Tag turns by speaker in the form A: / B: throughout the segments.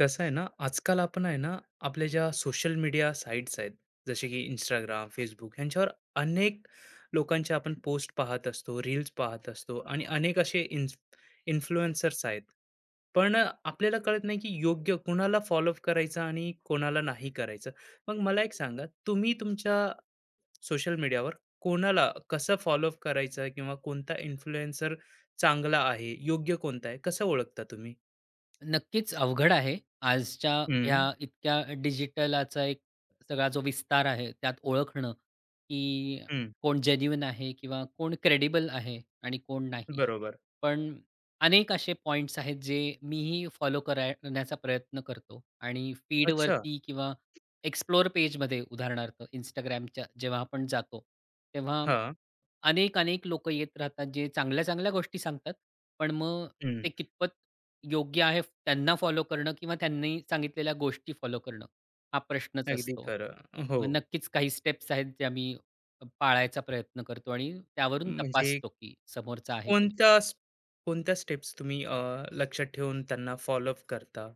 A: कसं आहे ना, आजकाल आपण आहे ना, आपल्या ज्या सोशल मीडिया साइट्स आहेत, जसे की Instagram, Facebook यांच्यावर अनेक लोकांच्या आपण पोस्ट पाहत असतो, रील्स पाहत असतो आणि अनेक असे इन्फ्लुएन्सर्स आहेत. पण आपल्याला कळत नाही की योग्य कोणाला फॉलोअप करायचं आणि कोणाला नाही करायचं. मग मला एक सांगा, तुम्ही तुमच्या सोशल मीडियावर कोणाला कसं फॉलोअप करायचं किंवा कोणता इन्फ्लुएन्सर चांगला आहे, योग्य कोणता आहे, कसं ओळखता तुम्ही?
B: नक्कीच अवघड आहे. आजच्या
A: हं,
B: ह्या इतक्या डिजिटलाचा एक सगळा जो विस्तार आहे, त्यात ओळखणं, की
A: हं.
B: कोण जेन्युइन आहे किंवा कोण क्रेडिबल आहे आणि कोण नाही.
A: बरोबर.
B: पण अनेक असे पॉइंट्स आहेत जे मीही फॉलो करण्याचा प्रयत्न करतो आणि
A: अच्छा.
B: फीडवरती किंवा एक्सप्लोर पेजमध्ये उदाहरणार्थ Instagramच्या जेव्हा आपण जातो, तेव्हा
A: हां.
B: अनेक-अनेक लोकं येत राहतात, जे चांगल्या-चांगल्या गोष्टी सांगतात. पण मग
A: हं.
B: ते कितपत योग्य आहे त्यांना फॉलो करणं किंवा त्यांनी सांगितलेल्या गोष्टी फॉलो करणं, हा प्रश्नच
A: अगदी
B: असतो.
A: खरं. हो.
B: मग नक्कीच काही स्टेप्स आहेत, ज्या मी पाळायचा प्रयत्न करतो आणि त्यावरून
A: म्हणजे
B: तपासतो, की समोरचा आहे की नाही.
A: कोणत्या स कोणत्या स्टेप्स तुम्ही लक्षात ठेवून त्यांना फॉलोअप करता?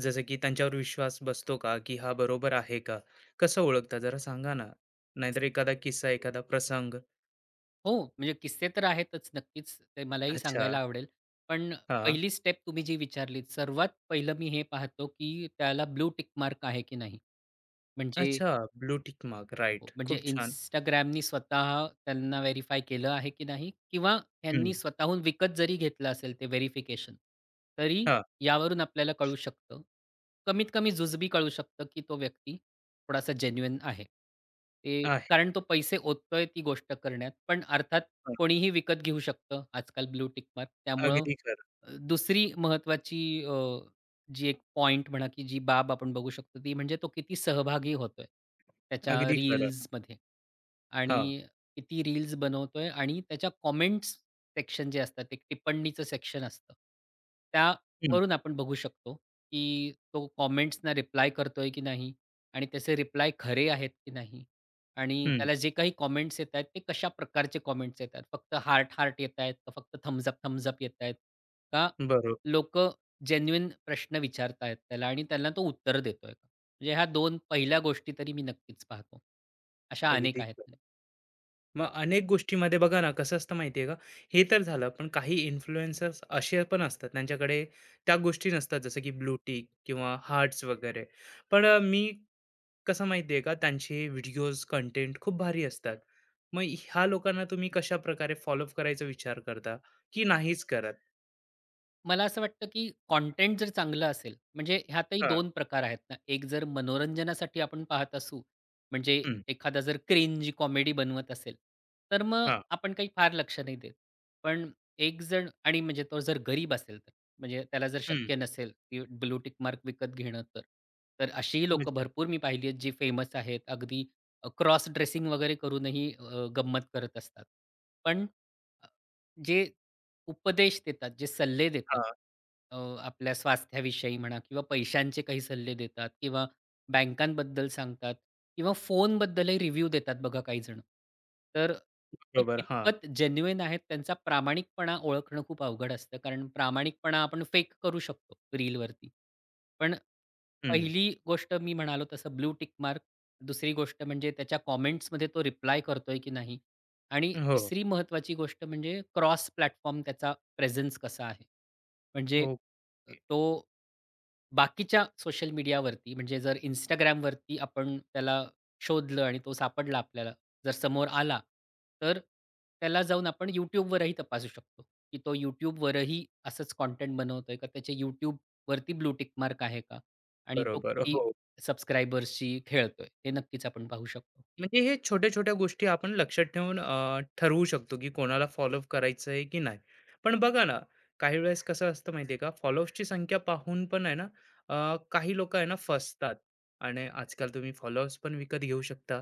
A: जसं की त्यांच्यावर विश्वास बसतो का, की हा बरोबर आहे का? कसं ओळखता जरा सांगा ना? नाहीतर एखादा किस्सा, एखादा प्रसंग?
B: हो, म्हणजे किस्से तर आहेतच नक्कीच, ते मलाही
A: अच्छा.
B: सांगायला आवडेल. पण
A: हां.
B: पहिली स्टेप तुम्ही जी विचारलीत, सर्वात पहिलं मी हे पाहतो, की त्याला ब्लू टिक मार्क आहे की नाही. म्हणजे
A: अच्छा. Blue tick mark.
B: हो,
A: राइट.
B: म्हणजे
A: खूप छान.
B: Instagramनी स्वतः त्यांना व्हेरिफाय केलं आहे की नाही किंवा त्यांनी
A: हं.
B: स्वतःहून विकत जरी घेतलं असेल ते व्हेरिफिकेशन, तरी
A: हां.
B: यावरून आपल्याला कळू शकतं. कमीत कमी जुजबी कळू शकतं की तो व्यक्ती थोडासा जेन्युइन आहे. ते
A: आहे.
B: कारण तो पैसे ओततोय ती गोष्ट करण्यात. पण अर्थात
A: हं.
B: कोणीही विकत घेऊ शकतं आजकाल ब्लू टिक मार्क. त्यामुळं
A: अगदी खरं.
B: दुसरी महत्त्वाची जी एक पॉइंट म्हणा, की जी बाब आपण बघू शकतो, ती म्हणजे तो किती सहभागी होतोय त्याच्या
A: अगदी खरं.
B: रील्समध्ये
A: हां.
B: आणि किती रील्स बनवतोय आणि त्याच्या कॉमेंट्स सेक्शन जे असतात, एक टिप्पणीचं सेक्शन असतं.
A: हं.
B: त्यावरून आपण बघू शकतो, की तो कॉमेंट्सना रिप्लाय करतोय की नाही आणि त्याचे रिप्लाय खरे आहेत की नाही आणि
A: हं.
B: त्याला जे काही कॉमेंट्स येतायत, ते कशा प्रकारचे कॉमेंट्स येतायत. फक्त हार्ट-हार्ट येतायत का फक्त थम्स अप, थम्स अप का
A: बरोबर.
B: लोकं जेन्युइन प्रश्न विचारतायत त्याला आणि त्याला तो उत्तर देतोय का? म्हणजे ह्या 2 पहिल्या गोष्टी तरी मी नक्कीच पाहतो. अशा
A: अगदी
B: अनेक आहेत.
A: खरं. मग अनेक गोष्टीमध्ये बघा ना कसं असतं माहिती आहे का, हे तर झालं, पण काही इन्फ्लुएन्सर्स असे पण असतात त्यांच्याकडे त्या गोष्टी नसतात, जसं की ब्लूटिक किंवा हार्ट्स वगैरे. पण मी कसं माहिती आहे का, त्यांचे व्हिडिओज कंटेंट खूप भारी असतात. मग ह्या लोकांना तुम्ही कशा प्रकारे फॉलोअप करायचा विचार करता की नाहीच करत?
B: मला असं वाटतं, की कंटेंट जर चांगलं असेल, म्हणजे ह्यातही
A: हा.
B: 2 प्रकार आहेत ना. एक जर मनोरंजनासाठी आपण पाहत असू, म्हणजे
A: हम्म.
B: एखादा जर क्रिंज कॉमेडी बनवत असेल, तर मग
A: हा.
B: आपण काही फार लक्ष नाही देत. पण एक जण आणि म्हणजे तो जर गरीब असेल तर, म्हणजे त्याला जर
A: हम्म.
B: शक्य नसेल, की ब्लू टिक मार्क विकत घेणं तर. तर अशीही लोकं
A: अच्छा.
B: भरपूर मी पाहिली आहेत, जी फेमस आहेत. अगदी क्रॉस ड्रेसिंग वगैरे करूनही गंमत करत असतात. पण जे उपदेश देतात, जे सल्ले देतात
A: हा.
B: आपल्या स्वास्थ्याविषयी म्हणा किंवा पैशांचे काही सल्ले देतात किंवा बँकांबद्दल सांगतात किंवा फोनबद्दलही रिव्ह्यू देतात बघा काही जण. तर ते
A: बरोबर. हा.
B: कितपत जेन्युइन आहेत त्यांचा प्रामाणिकपणा ओळखणं खूप अवघड असतं. कारण प्रामाणिकपणा आपण फेक करू शकतो रीलवरती. पण
A: हम्म.
B: पहिली गोष्ट मी म्हणालो तसं ब्लू टिक मार्क. दुसरी गोष्ट म्हणजे त्याच्या कॉमेंट्समध्ये तो रिप्लाय करतोय की नाही? आणि
A: हो.
B: तिसरी महत्वाची गोष्ट म्हणजे क्रॉस प्लॅटफॉर्म त्याचा प्रेझेन्स कसा आहे. म्हणजे
A: ओके.
B: तो बाकीच्या सोशल मीडियावरती म्हणजे जर Instagramवरती आपण त्याला शोधलं आणि तो सापडला आपल्याला, जर समोर आला, तर त्याला जाऊन आपण YouTubeवरही तपासू शकतो, की तो YouTubeवरही असंच कंटेंट बनवतोय का? त्याच्या YouTubeवरती ब्लू मार्क आहे का? आणि तो
A: बरोबर.
B: किती
A: हो.
B: सबस्क्रायबर्सशी खेळतोय, हे नक्कीच आपण पाहू शकतो.
A: म्हणजे हे छोट्या-छोट्या गोष्टी आपण लक्षात ठेवून ठरवू शकतो, की कोणाला फॉलो अप करायचं आहे की नाही. पण बघा ना, काही वेळेस कसं असतं माहिती आहे का, फॉलोअर्सची संख्या पाहून पण आहे ना, काही लोकं आहे ना फसतात आणि आजकाल तुम्ही फॉलोअर्स पण विकत घेऊ शकता,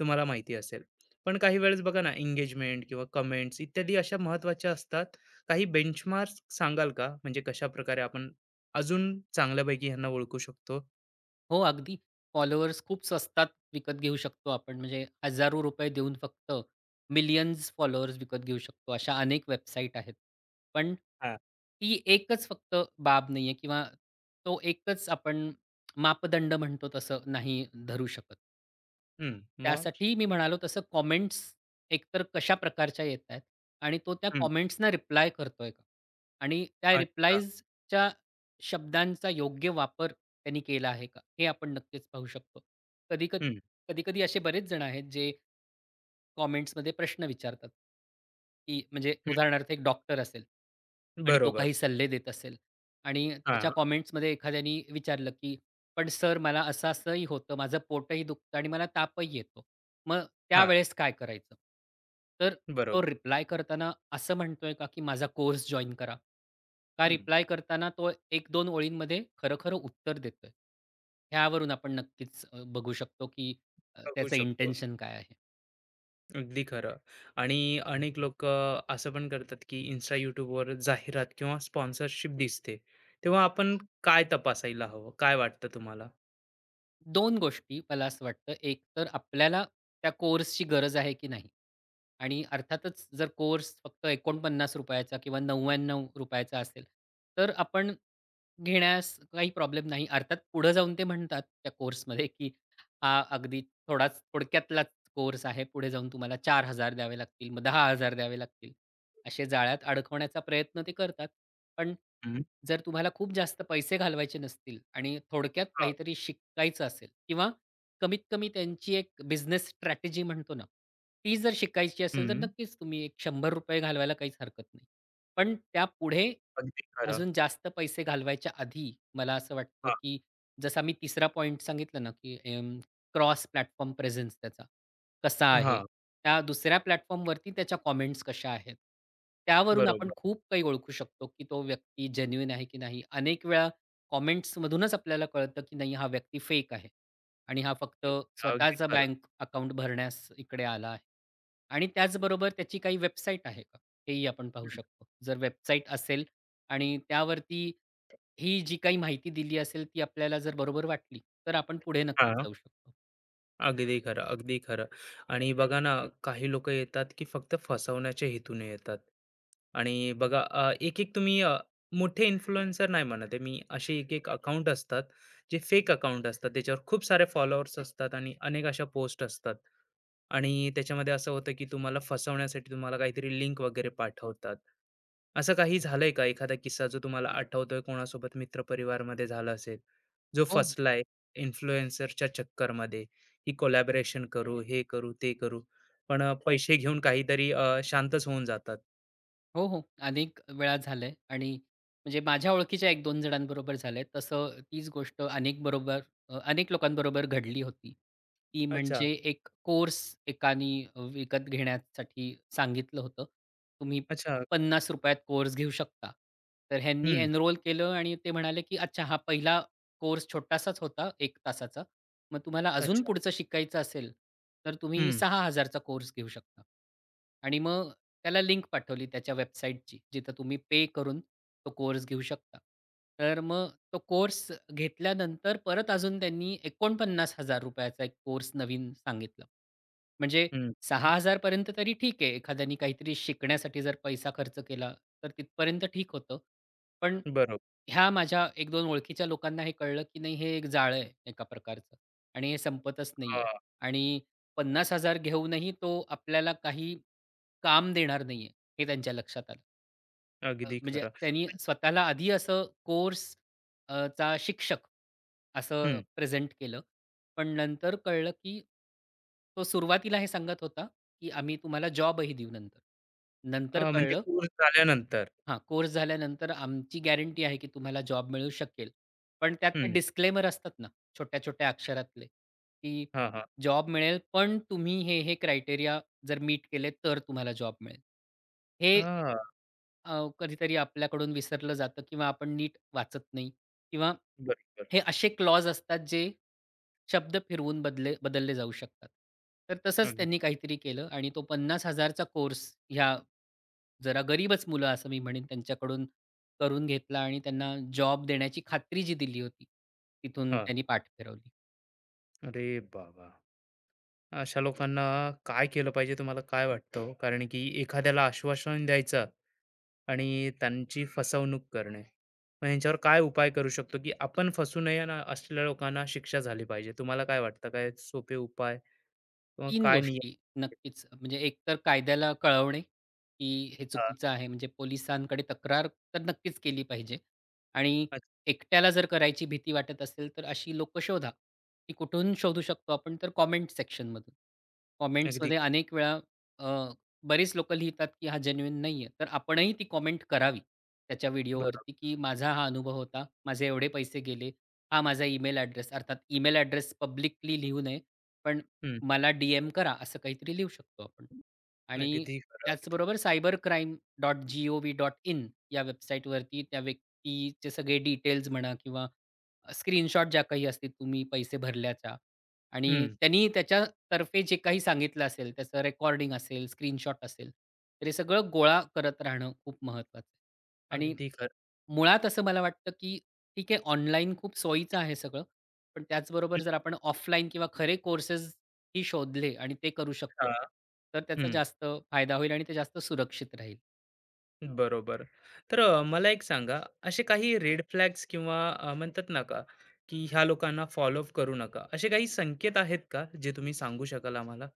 A: तुम्हाला माहिती असेल. पण काही वेळेस बघा ना, एंगेजमेंट किंवा कमेंट्स इत्यादी अशा महत्त्वाच्या असतात. काही बेंचमार्क्स सांगाल का? म्हणजे कशाप्रकारे आपण अजून चांगल्यापैकी ह्यांना ओळखू शकतो?
B: हो, अगदी. फॉलोअर्स खूप स्वस्तात विकत घेऊ शकतो आपण. म्हणजे हजारो रुपये देऊन फक्त मिलियन्स फॉलोअर्स विकत घेऊ शकतो. अशा अनेक वेबसाईट आहेत. पण
A: हां.
B: ती एकच फक्त बाब नाहीये किंवा तो एकच आपण मापदंड म्हणतो तसं नाही धरू शकत.
A: हं, मग?
B: त्यासाठी मी म्हणालो तसं कॉमेंट्स एकतर कशा प्रकारच्या येतायत आणि तो त्या
A: हं.
B: कॉमेंट्सना रिप्लाय करतोय का? आणि त्या
A: अच्छा.
B: रिप्लायजच्या शब्दांचा योग्य वापर त्यांनी केला आहे का? हे आपण नक्कीच पाहू शकतो. कधी-कध
A: हं.
B: कधी-कधी असे बरेच जण आहेत जे कॉमेंट्समध्ये प्रश्न विचारतात, की म्हणजे उदाहरणार्थ एक डॉक्टर असेल आणि तो
A: बरोबर.
B: काही सल्ले देत असेल आणि
A: हां,
B: त्याच्या कॉमेंट्समध्ये एखाद्याने विचारलं, की "पण सर मला असं-असंही होतं, माझं पोटही दुखतं आणि मला तापही येतो. मग
A: हां.
B: त्यावेळेस काय करायचं?" तर
A: बरोबर.
B: तो रिप्लाय करताना असं म्हणतोय का, की "माझा कोर्स जॉइन करा?" का
A: हं.
B: रिप्लाय करताना तो 1-2 ओळींमध्ये खरं-खरं उत्तर देतोय? ह्यावरून आपण नक्कीच बघू शकतो, की
A: बघू
B: त्याचं
A: शकतो.
B: इंटेन्शन काय आहे.
A: अगदी खरं. आणि अनेक लोकं असं पण करतात, की Insta, YouTubeवर जाहिरात किंवा स्पॉन्सरशिप दिसते. तेव्हा आपण काय तपासायला हवं? काय वाटतं तुम्हाला?
B: दोन गोष्टी मला असं वाटतं. एक तर आपल्याला त्या कोर्सची गरज आहे की नाही? आणि अर्थातच जर कोर्स फक्त ₹49 चा किंवा ₹99 रुपयाचा असेल, तर आपण घेण्यास काही प्रॉब्लेम नाही. अर्थात पुढे जाऊन ते म्हणतात त्या कोर्समध्ये, की हा अगदी थोडाच थोडक्यातलाच कोर्स आहे. पुढे जाऊन तुम्हाला 4,000 द्यावे लागतील, मग 10,000 द्यावे लागतील. असे जाळ्यात अडकवण्याचा प्रयत्न ते करतात. पण
A: हं.
B: जर तुम्हाला खूप जास्त पैसे घालवायचे नसतील आणि थोडक्यात
A: हां.
B: काहीतरी शिकायचं असेल किंवा कमीत कमी त्यांची एक बिझनेस स्ट्रॅटेजी म्हणतो ना, ती जर शिकायची असेल तर
A: हं.
B: नक्कीच तुम्ही एक ₹100 घालवायला काहीच हरकत नाही. पण त्यापुढे
A: अगदी खरं.
B: अजून जास्त पैसे घालवायच्या आधी मला असं वाटतं,
A: हां,
B: की जसा मी तिसरा पॉइंट सांगितला ना, की क्रॉस प्लॅटफॉर्म प्रेझेन्स त्याचा. कसा आहे?
A: हां.
B: त्या दुसऱ्या प्लॅटफॉर्मवरती त्याच्या कॉमेंट्स कशा आहेत? त्यावरून आपण
A: बरोबर.
B: खूप काही ओळखू शकतो, की तो व्यक्ती जेन्युइन आहे की नाही. अनेक वेळा कॉमेंट्समधूनच आपल्याला कळतं, की नाही हा व्यक्ती फेक आहे आणि हा फक्त
A: हं. अगदी
B: स्वतःचा
A: खरं.
B: बँक अकाउंट भरण्यास इकडे आला आहे. आणि त्याचबरोबर त्याची काही वेबसाईट आहे का? हेही आपण पाहू
A: हं.
B: शकतो. जर वेबसाईट असेल आणि त्यावरती ही जी काही माहिती दिली असेल, ती आपल्याला जर बरोबर वाटली, तर आपण पुढे नक्कीच
A: हां.
B: जाऊ शकतो.
A: अगदी खरं, अगदी खरं. आणि बघा ना, काही लोक येतात की फक्त फसवण्याच्या हेतूने येतात. आणि बघा एक-एक तुम्ही मोठे इन्फ्लुएन्सर नाही म्हणत आहे मी. असे एक-एक अकाउंट असतात, जे फेक अकाउंट असतात. त्याच्यावर खूप सारे फॉलोअर्स असतात आणि अनेक अशा पोस्ट असतात. आणि त्याच्यामध्ये असं होतं की तुम्हाला फसवण्यासाठी तुम्हाला काहीतरी लिंक वगैरे पाठवतात. असं काही झालंय का? एखादा किस्सा जो तुम्हाला आठवतोय कोणासोबत मित्रपरिवारमध्ये झाला असेल, जो
B: हो.
A: फसलाय इन्फ्लुएन्सरच्या चक्करमध्ये? की कोलॅबोरेशन करू, हे करू, ते करू. पण पैसे घेऊन काहीतरी शांतच होऊन जातात.
B: हो, हो. अनेक वेळा झालंय आणि म्हणजे माझ्या ओळखीच्या 1-2 जणांबरोबर झालंय. तसं तीच गोष्ट अनेक लोकांबरोबर घडली होती. ती
A: अच्छा,
B: म्हणजे एक कोर्स एकानी विकत घेण्यासाठी सांगितलं होतं. तुम्ही
A: अच्छा.
B: ₹50 त कोर्स घेऊ शकता. तर ह्यांनी
A: हं.
B: एनरोल केलं आणि ते म्हणाले, की अच्छा हा पहिला कोर्स छोटासाच होता 1 तासाचा. मग तुम्हाला अजून
A: अच्छा.
B: पुढचं शिकायचं असेल, तर तुम्ही
A: हं,
B: 6,000 चा कोर्स घेऊ शकता. आणि मग त्याला लिंक पाठवली त्याच्या वेबसाईटची, जिथं तुम्ही पे करून तो कोर्स घेऊ शकता. तर मग तो कोर्स घेतल्यानंतर परत अजून त्यांनी 49,000 चा एक कोर्स नवीन सांगितला. म्हणजे
A: हं, हं.
B: 6,000 पर्यंत तरी ठीक आहे. एखाद्याने काहीतरी शिकण्यासाठी जर पैसा खर्च केला, तर तिथपर्यंत ठीक होतं. पण
A: बरोबर.
B: ह्या माझ्या 1-2 ओळखीच्या लोकांना हे कळलं, की नाही हे एक जाळं आहे एका प्रकारचं. आणि हे संपतच नाहीये.
A: हां,
B: आणि 50,000 घेऊनही तो आपल्याला काही काम देणार नाहीये, हे त्यांच्या लक्षात आलं.
A: अगदी
B: म्हणजे
A: खरं.
B: त्यांनी
A: पण
B: स्वतःला आधी असं कोर्स चा शिक्षक असं
A: हं.
B: प्रेझेंट केलं. पण नंतर कळलं, की तो सुरुवातीला हे सांगत होता, की आम्ही तुम्हाला जॉबही देऊ नंतर. नंतर
A: म्हणजे
B: कळलं
A: कोर्स झाल्यानंतर.
B: हां, कोर्स झाल्यानंतर आमची गॅरंटी आहे की तुम्हाला जॉब मिळू शकेल. पण त्यात ते
A: हं.
B: डिस्क्लेमर असतात ना, छोट्या-छोट्या अक्षरातले, की
A: हां, हां.
B: जॉब मिळेल, पण तुम्ही हे, हे क्रायटेरिया जर मीट केले तर तुम्हाला जॉब मिळेल. हे
A: हां,
B: कधीतरी आपल्याकडून विसरलं जातं किंवा आपण नीट वाचत नाही किंवा
A: बरोबर.
B: हे असे क्लॉज असतात जे शब्द फिरवून बदलले जाऊ शकतात. तर तसंच
A: अगदी.
B: त्यांनी काहीतरी केलं आणि तो 50,000चा कोर्स ह्या जरा गरीबच मुलं असं मी म्हणेन त्यांच्याकडून करून घेतला आणि त्यांना जॉब देण्याची खात्री जी दिली होती, तिथून
A: हां.
B: त्यांनी पाठ फिरवली.
A: अरे बाबा! अशा लोकांना काय केलं पाहिजे, तुम्हाला काय वाटतं हो? कारण की एखाद्याला आश्वासन द्यायचं आणि त्यांची फसवणूक करणे. मग ह्यांच्यावर काय उपाय करू शकतो, की आपण फसू नये आणि असलेल्या लोकांना शिक्षा झाली पाहिजे. तुम्हाला काय वाटतं? काय सोपे उपाय किंवा
B: 3
A: काय नियम?
B: गोष्टी नक्कीच. म्हणजे एक तर कायद्याला कळवणे, की हे
A: हां,
B: चुकीचं आहे. म्हणजे पोलिसांकडे तक्रार तर नक्कीच केली पाहिजे. आणि
A: अग,
B: एकट्याला जर करायची भीती वाटत असेल, तर अशी लोकं शोधा. ती कुठून शोधू शकतो आपण? तर कॉमेंट सेक्शनमधून.
A: अगदी
B: कॉमेंट्समध्ये अनेक वेळा अ, बरीच लोकं लिहितात, की हा जेन्युइन नाहीये. तर आपणही ती कॉमेंट करावी त्याच्या
A: बरोबर.
B: व्हिडिओवरती, की माझा हा अनुभव होता. माझे एवढे पैसे गेले. हा माझा ईमेल ॲड्रेस अर्थात ईमेल ॲड्रेस पब्लिकली लिहू नये. पण
A: हं,
B: मला डी-एम करा, असं काहीतरी लिहू शकतो आपण. आणि
A: अगदी खरं, अगदी.
B: त्याचबरोबर cybercrime.gov.in या वेबसाईटवरती त्या व्यक्तीचे सगळे डिटेल्स म्हणा किंवा स्क्रीनशॉट ज्या काही असतील तुम्ही पैसे भरल्याच्या आणि
A: हं,
B: त्यांनी त्याच्यातर्फे जे काही सांगितलं असेल, त्याचं रेकॉर्डिंग असेल, स्क्रीनशॉट असेल, तर हे सगळं गोळा करत राहणं खूप महत्त्वाचं आहे. आणि
A: अगदी खरं.
B: मुळात असं मला वाटतं, की ठीक आहे ऑनलाईन खूप सोयीचं आहे सगळं. पण त्याचबरोबर
A: हं,
B: जर आपण ऑफलाईन किंवा खरे कोर्सेस ही शोधले आणि ते करू शकलो,
A: हां,
B: तर त्याचा जास्त फायदा होईल आणि ते जास्त सुरक्षित राहील.
A: बरोबर. तर मला एक सांगा, असे काही रेड फ्लॅग्स किंवा म्हणतात ना का, की ह्या लोकांना फॉलो करू नका. असे काही संकेत आहेत का, जे तुम्ही सांगू शकाल आम्हाला?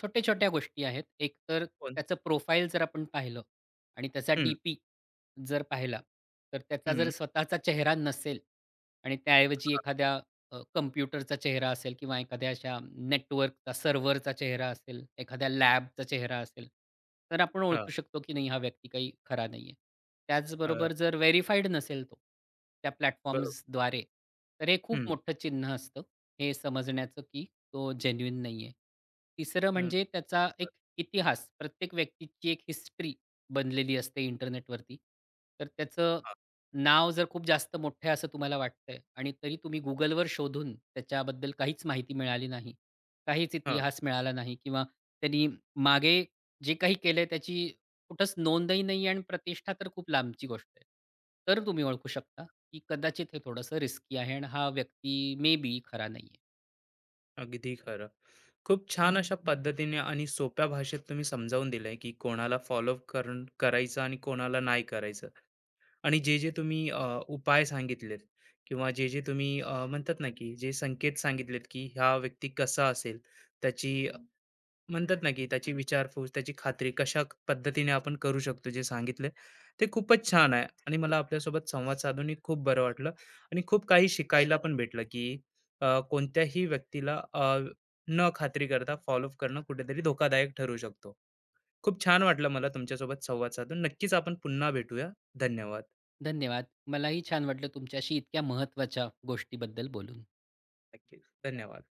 B: छोट्या-छोट्या गोष्टी आहेत. एक तर
A: कोण?
B: त्याचं प्रोफाईल जर आपण पाहिलं आणि त्याचा
A: हं,
B: डी-पी जर पाहिला, तर त्याचा जर
A: हं.
B: स्वतःचा चेहरा नसेल आणि त्याऐवजी
A: हां,
B: एखाद्या कॉम्प्युटरचा चेहरा असेल किंवा एखाद्या अशा नेटवर्कचा, सर्व्हरचा चेहरा असेल, एखाद्या लॅबचा चेहरा असेल, तर आपण
A: हां.
B: ओळखू शकतो की नाही हा व्यक्ती काही खरा नाहीये. त्याचबरोबर जर व्हेरिफाईड नसेल तो, त्या
A: बरोबर.
B: प्लॅटफॉर्म्सद्वारे, तर हे खूप
A: हं,
B: मोठं चिन्ह असतं, हे समजण्याचं की तो जेन्युइन नाहीये. तिसरं
A: हं.
B: म्हणजे त्याचा एक इतिहास, प्रत्येक व्यक्तीची एक हिस्ट्री बनलेली असते इंटरनेटवरती. तर त्याचं
A: हां,
B: नाव जर खूप जास्त मोठं आहे असं तुम्हाला वाटतंय आणि तरी तुम्ही Googleवर शोधून त्याच्याबद्दल काहीच माहिती मिळाली नाही. काहीच
A: हां.
B: इतिहास मिळाला नाही किंवा त्यांनी मागे जे काही केलंय त्याची कुठंच नोंदही नाहीये आणि प्रतिष्ठा तर खूप लांबची गोष्ट आहे. तर तुम्ही ओळखू शकता, की कदाचित हे थोडंसं रिस्की आहे आणि हा व्यक्ती मे बी खरा नाहीये.
A: अगदी खरं. खूप छान अशा पद्धतीने आणि सोप्या भाषेत तुम्ही समजावून दिलंय, की कोणाला फॉलो करून करायचं आणि कोणाला नाही करायचं. आणि जे-जे तुम्ही उपाय सांगितलेत किंवा जे-जे तुम्ही म्हणतात ना, की जे संकेत सांगितलेत, की हा व्यक्ती कसा असेल, त्याची म्हणतात ना की त्याची विचारपूस, त्याची खात्री कशा पद्धतीने आपण करू शकतो जे सांगितले, ते खूपच छान आहे आणि मला आपल्यासोबत संवाद साधूनही खूप बरं वाटलं आणि खूप काही शिकायला पण भेटलं की कोणत्याही व्यक्तीला न खात्री करता फॉलोअप करणं कुठेतरी धोकादायक ठरू शकतो. खूप छान वाटलं मला तुमच्यासोबत संवाद साधून. नक्कीच आपण पुन्हा भेटूया. धन्यवाद.
B: धन्यवाद. मलाही छान वाटलं तुमच्याशी इतक्या महत्त्वाच्या गोष्टीबद्दल बोलून.
A: नक्कीच. धन्यवाद.